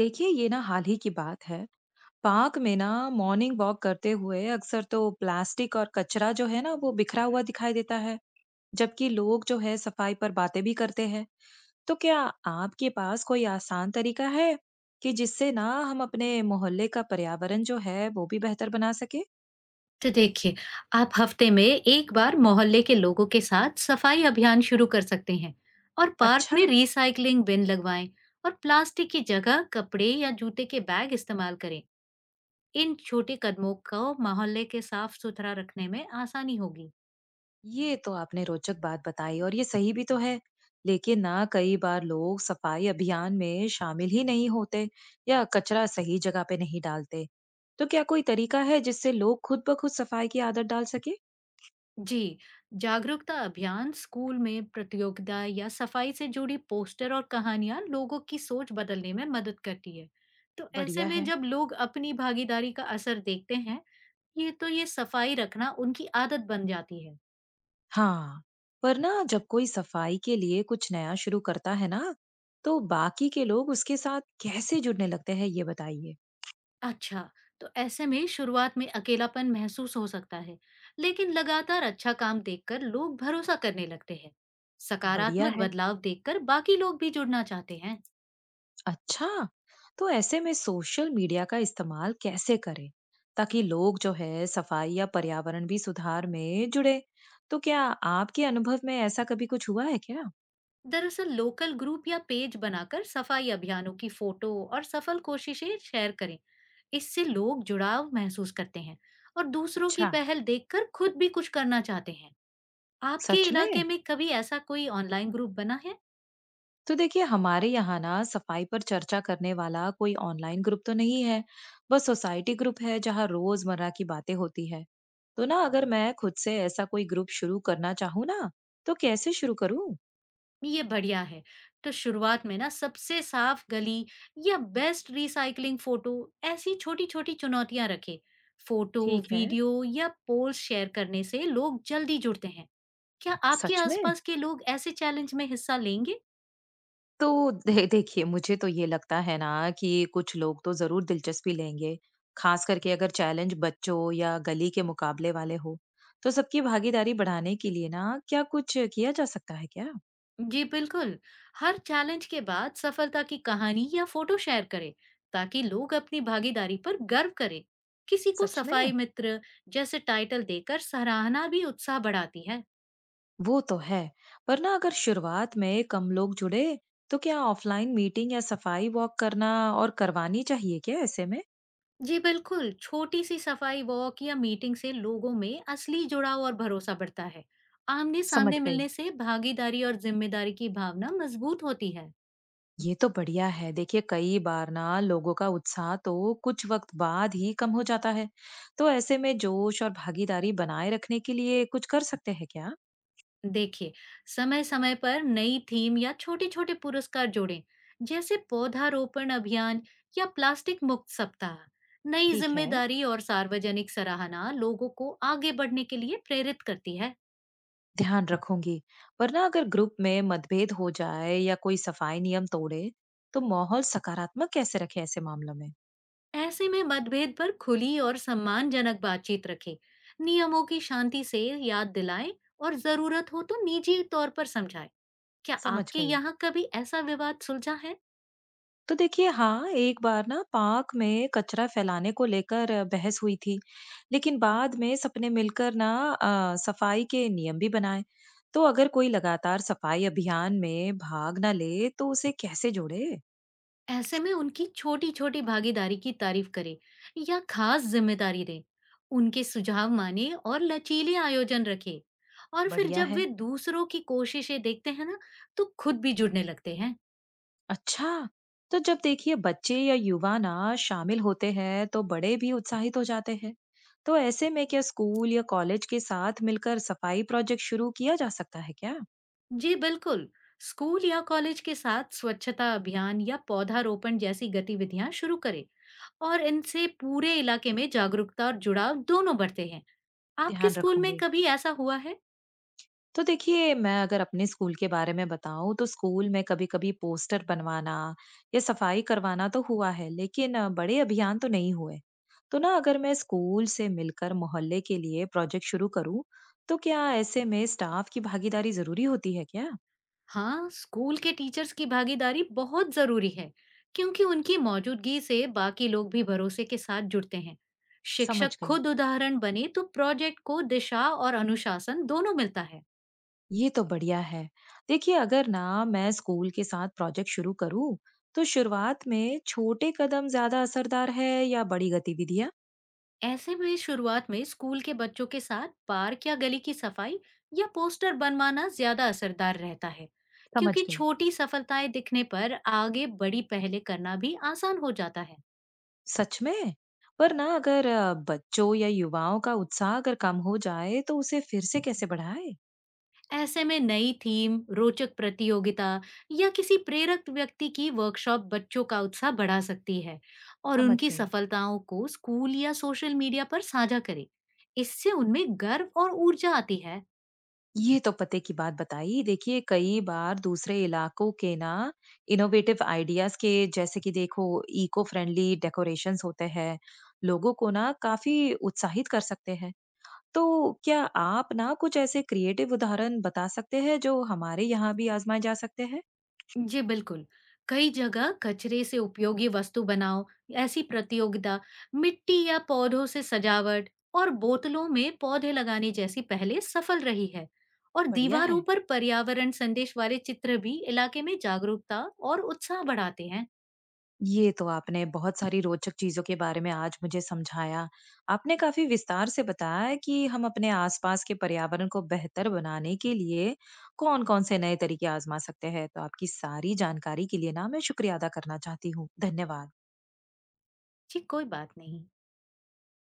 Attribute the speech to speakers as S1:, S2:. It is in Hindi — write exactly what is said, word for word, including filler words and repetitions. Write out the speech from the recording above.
S1: देखिए ये ना हाल ही की बात है। पार्क में ना मॉर्निंग वॉक करते हुए अक्सर तो प्लास्टिक और कचरा जो है ना वो बिखरा हुआ दिखाई देता है। जबकि लोग जो है सफाई पर बातें भी करते हैं। तो क्या आपके पास कोई आसान तरीका है कि जिससे ना हम अपने मोहल्ले का पर्यावरण जो है वो भी बेहतर बना सके?
S2: तो देखिए, आप हफ्ते में एक बार मोहल्ले के लोगों के साथ सफाई अभियान शुरू कर सकते हैं और पार्क
S1: अच्छा,
S2: में रिसाइकलिंग बिन लगवाएं और प्लास्टिक की जगह कपड़े या जूते के बैग इस्तेमाल करें। इन छोटे कदमों को मोहल्ले के साफ सुथरा रखने में आसानी होगी।
S1: ये तो आपने रोचक बात बताई और ये सही भी तो है। लेकिन ना कई बार लोग सफाई अभियान में शामिल ही नहीं होते या कचरा सही जगह पे नहीं डालते। तो क्या कोई तरीका है जिससे लोग खुद ब खुद सफाई की आदत डाल सके?
S2: जी, जागरूकता अभियान स्कूल में प्रतियोगिता या सफाई से जुड़ी पोस्टर और कहानियां लोगों की सोच बदलने में मदद करती है। तो ऐसे
S1: बढ़िया
S2: में
S1: है।
S2: जब लोग अपनी भागीदारी का असर देखते हैं, ये तो ये सफाई रखना उनकी आदत बन जाती है।
S1: हाँ, पर ना जब कोई सफाई के लिए कुछ नया शुरू करता है ना, तो बाकी के लोग उसके साथ कैसे जुड़ने लगते हैं ये बताइए।
S2: अच्छा, तो ऐसे में शुरुआत में अकेलापन महसूस हो सकता है, लेकिन लगातार अच्छा काम देखकर लोग भरोसा करने लगते हैं।
S1: बढ़िया
S2: सकारात्मक
S1: है।
S2: बदलाव देखकर बाकी लोग भी जुड़ना चाहते हैं।
S1: अच्छा, तो ऐसे में सोशल मीडिया का इस्तेमाल कैसे करें ताकि लोग जो है सफाई या पर्यावरण भी सुधार में जुड़े? तो क्या आपके अनुभव में ऐसा कभी कुछ हुआ है क्या?
S2: दरअसल लोकल ग्रुप या पेज बनाकर सफाई अभियानों की फोटो और सफल कोशिशें शेयर करें। इससे लोग जुड़ाव महसूस करते हैं और दूसरों की
S1: अच्छा।
S2: पहल देखकर खुद भी कुछ करना चाहते हैं। आपके
S1: सच
S2: इलाके
S1: में,
S2: में कभी ऐसा कोई ऑनलाइन ग्रुप बना है?
S1: तो देखिए हमारे यहाँ ना सफाई पर चर्चा करने वाला कोई ऑनलाइन ग्रुप तो नहीं है। बस सोसाइटी ग्रुप है जहाँ रोजमर्रा की बातें होती है। तो ना अगर मैं खुद से ऐसा कोई ग्रुप शुरू करना चाहूँ ना, तो कैसे शुरू करूँ?
S2: ये बढ़िया है। तो शुरुआत में ना सबसे साफ गली या बेस्ट रिसाइकलिंग फोटो, ऐसी छोटी छोटी चुनौतियां रखें। फोटो,
S1: ठीक है।
S2: वीडियो या पोल शेयर करने से लोग जल्दी जुड़ते हैं। क्या आपके
S1: सच में,
S2: आसपास के लोग ऐसे चैलेंज में हिस्सा लेंगे?
S1: तो दे देखिए, मुझे तो ये लगता है ना कि कुछ लोग तो ज़रूर दिलचस्पी लेंगे, खास करके अगर चैलेंज बच्चों या गली के मुकाबले वाले हो। तो सबकी भागीदारी बढ़ाने के लिए ना क्या कुछ किया जा सकता है क्या?
S2: जी बिल्कुल, हर चैलेंज के बाद सफलता की कहानी या फोटो शेयर करें ताकि लोग अपनी भागीदारी पर गर्व करें। किसी को
S1: सच में।
S2: सफाई मित्र जैसे टाइटल देकर सराहना भी उत्साह बढ़ाती है।
S1: वो तो है, पर ना अगर शुरुआत में कम लोग जुड़े, तो क्या ऑफलाइन मीटिंग या सफाई वॉक करना और करवानी चाहिए क्या ऐसे में?
S2: जी बिल्कुल, छोटी सी सफाई वॉक या मीटिंग से लोगों में असली जुड़ाव और भरोसा बढ़ता है। आमने
S1: समझ
S2: सामने
S1: गई।
S2: मिलने से भागीदारी और जिम्मेदारी की भावना मजबूत होती है।
S1: ये तो बढ़िया है। देखिए कई बार ना लोगों का उत्साह तो कुछ वक्त बाद ही कम हो जाता है। तो ऐसे में जोश और भागीदारी बनाए रखने के लिए कुछ कर सकते हैं क्या?
S2: देखिए, समय समय पर नई थीम या छोटे छोटे पुरस्कार जोड़ें, जैसे पौधारोपण अभियान या प्लास्टिक मुक्त सप्ताह। नई
S1: ठीक है।
S2: जिम्मेदारी और सार्वजनिक सराहना लोगों को आगे बढ़ने के लिए प्रेरित करती है।
S1: ध्यान रखूंगी। वरना अगर ग्रुप में मतभेद हो जाए या कोई सफाई नियम तोड़े, तो माहौल सकारात्मक कैसे रखे ऐसे मामलों में?
S2: ऐसे में मतभेद पर खुली और सम्मानजनक बातचीत रखें, नियमों की शांति से याद दिलाएं और जरूरत हो तो निजी तौर पर समझाएं। क्या
S1: समझ
S2: आपके
S1: गई।
S2: यहाँ कभी ऐसा विवाद सुलझा है?
S1: तो देखिए हाँ, एक बार ना पार्क में कचरा फैलाने को लेकर अ, बहस हुई थी, लेकिन बाद में सबने मिलकर ना अ, सफाई के नियम भी बनाए। तो अगर कोई लगातार सफाई अभियान में भाग ना ले, तो उसे कैसे जोड़े?
S2: ऐसे में उनकी छोटी-छोटी भागीदारी की तारीफ करें या खास जिम्मेदारी दें, उनके सुझाव माने और लचीले आयोजन रखें। और फिर
S1: बढ़िया
S2: जब
S1: है।
S2: वे दूसरों की कोशिशें देखते हैं ना, तो खुद भी जुड़ने लगते हैं।
S1: अच्छा, तो जब देखिए बच्चे या युवा ना शामिल होते हैं, तो बड़े भी उत्साहित हो जाते हैं। तो ऐसे में क्या स्कूल या कॉलेज के साथ मिलकर सफाई प्रोजेक्ट शुरू किया जा सकता है क्या?
S2: जी बिल्कुल, स्कूल या कॉलेज के साथ स्वच्छता अभियान या पौधारोपण जैसी गतिविधियां शुरू करें और इनसे पूरे इलाके में जागरूकता और जुड़ाव दोनों बढ़ते हैं। आपके
S1: ध्यान
S2: स्कूल में
S1: रखूंगी।
S2: कभी ऐसा हुआ है?
S1: तो देखिए, मैं अगर अपने स्कूल के बारे में बताऊँ तो स्कूल में कभी-कभी पोस्टर बनवाना या सफाई करवाना तो हुआ है, लेकिन अ, बड़े अभियान तो नहीं हुए। तो ना अगर मैं स्कूल से मिलकर मोहल्ले के लिए प्रोजेक्ट शुरू करूँ, तो क्या ऐसे में स्टाफ की भागीदारी ज़रूरी होती है क्या?
S2: हाँ, स्कूल के टीचर्स की भागीदारी बहुत जरूरी है क्योंकि उनकी मौजूदगी से बाकी लोग भी भरोसे के साथ जुड़ते हैं। शिक्षक
S1: समझ गई।
S2: खुद उदाहरण बने तो प्रोजेक्ट को दिशा और अनुशासन दोनों मिलता है।
S1: ये तो बढ़िया है। देखिए, अगर ना मैं स्कूल के साथ प्रोजेक्ट शुरू करूँ, तो शुरुआत में छोटे कदम ज़्यादा असरदार है या बड़ी गतिविधियाँ?
S2: ऐसे में शुरुआत में स्कूल के बच्चों के साथ पार्क या गली की सफाई या पोस्टर बनवाना ज्यादा असरदार रहता है,
S1: समझ
S2: क्योंकि
S1: गई।
S2: छोटी सफलताएं दिखने पर आगे बड़ी पहले करना भी आसान हो जाता है।
S1: सच में? पर ना अगर अ, बच्चों या युवाओं का उत्साह अगर कम हो जाए तो उसे फिर से कैसे बढ़ाए?
S2: ऐसे में नई थीम, रोचक प्रतियोगिता या किसी प्रेरक व्यक्ति की वर्कशॉप बच्चों का उत्साह बढ़ा सकती है और
S1: समझ
S2: उनकी
S1: गई।
S2: सफलताओं को स्कूल या सोशल मीडिया पर साझा करें। इससे उनमें गर्व और ऊर्जा आती है।
S1: ये तो पते की बात बताई। देखिए कई बार दूसरे इलाकों के ना इनोवेटिव आइडियाज के जैसे कि देखो इको फ्रेंडली डेकोरेशंस होते हैं, लोगों को ना काफी उत्साहित कर सकते हैं। तो क्या आप ना कुछ ऐसे क्रिएटिव उदाहरण बता सकते हैं जो हमारे यहाँ भी आजमाए जा सकते हैं?
S2: जी बिल्कुल। कई जगह कचरे से उपयोगी वस्तु बनाओ, ऐसी प्रतियोगिता, मिट्टी या पौधों से सजावट और बोतलों में पौधे लगाने जैसी पहले सफल रही है। और
S1: बढ़िया है।
S2: दीवारों पर पर्यावरण संदेश वाले चित्र भी इलाके में जागरूकता और उत्साह बढ़ाते हैं।
S1: ये तो आपने बहुत सारी रोचक चीजों के बारे में आज मुझे समझाया। आपने काफी विस्तार से बताया कि हम अपने आसपास के पर्यावरण को बेहतर बनाने के लिए कौन-कौन से नए तरीके आजमा सकते हैं। तो आपकी सारी जानकारी के लिए ना मैं शुक्रिया अदा करना चाहती हूँ। धन्यवाद।
S2: जी कोई बात नहीं।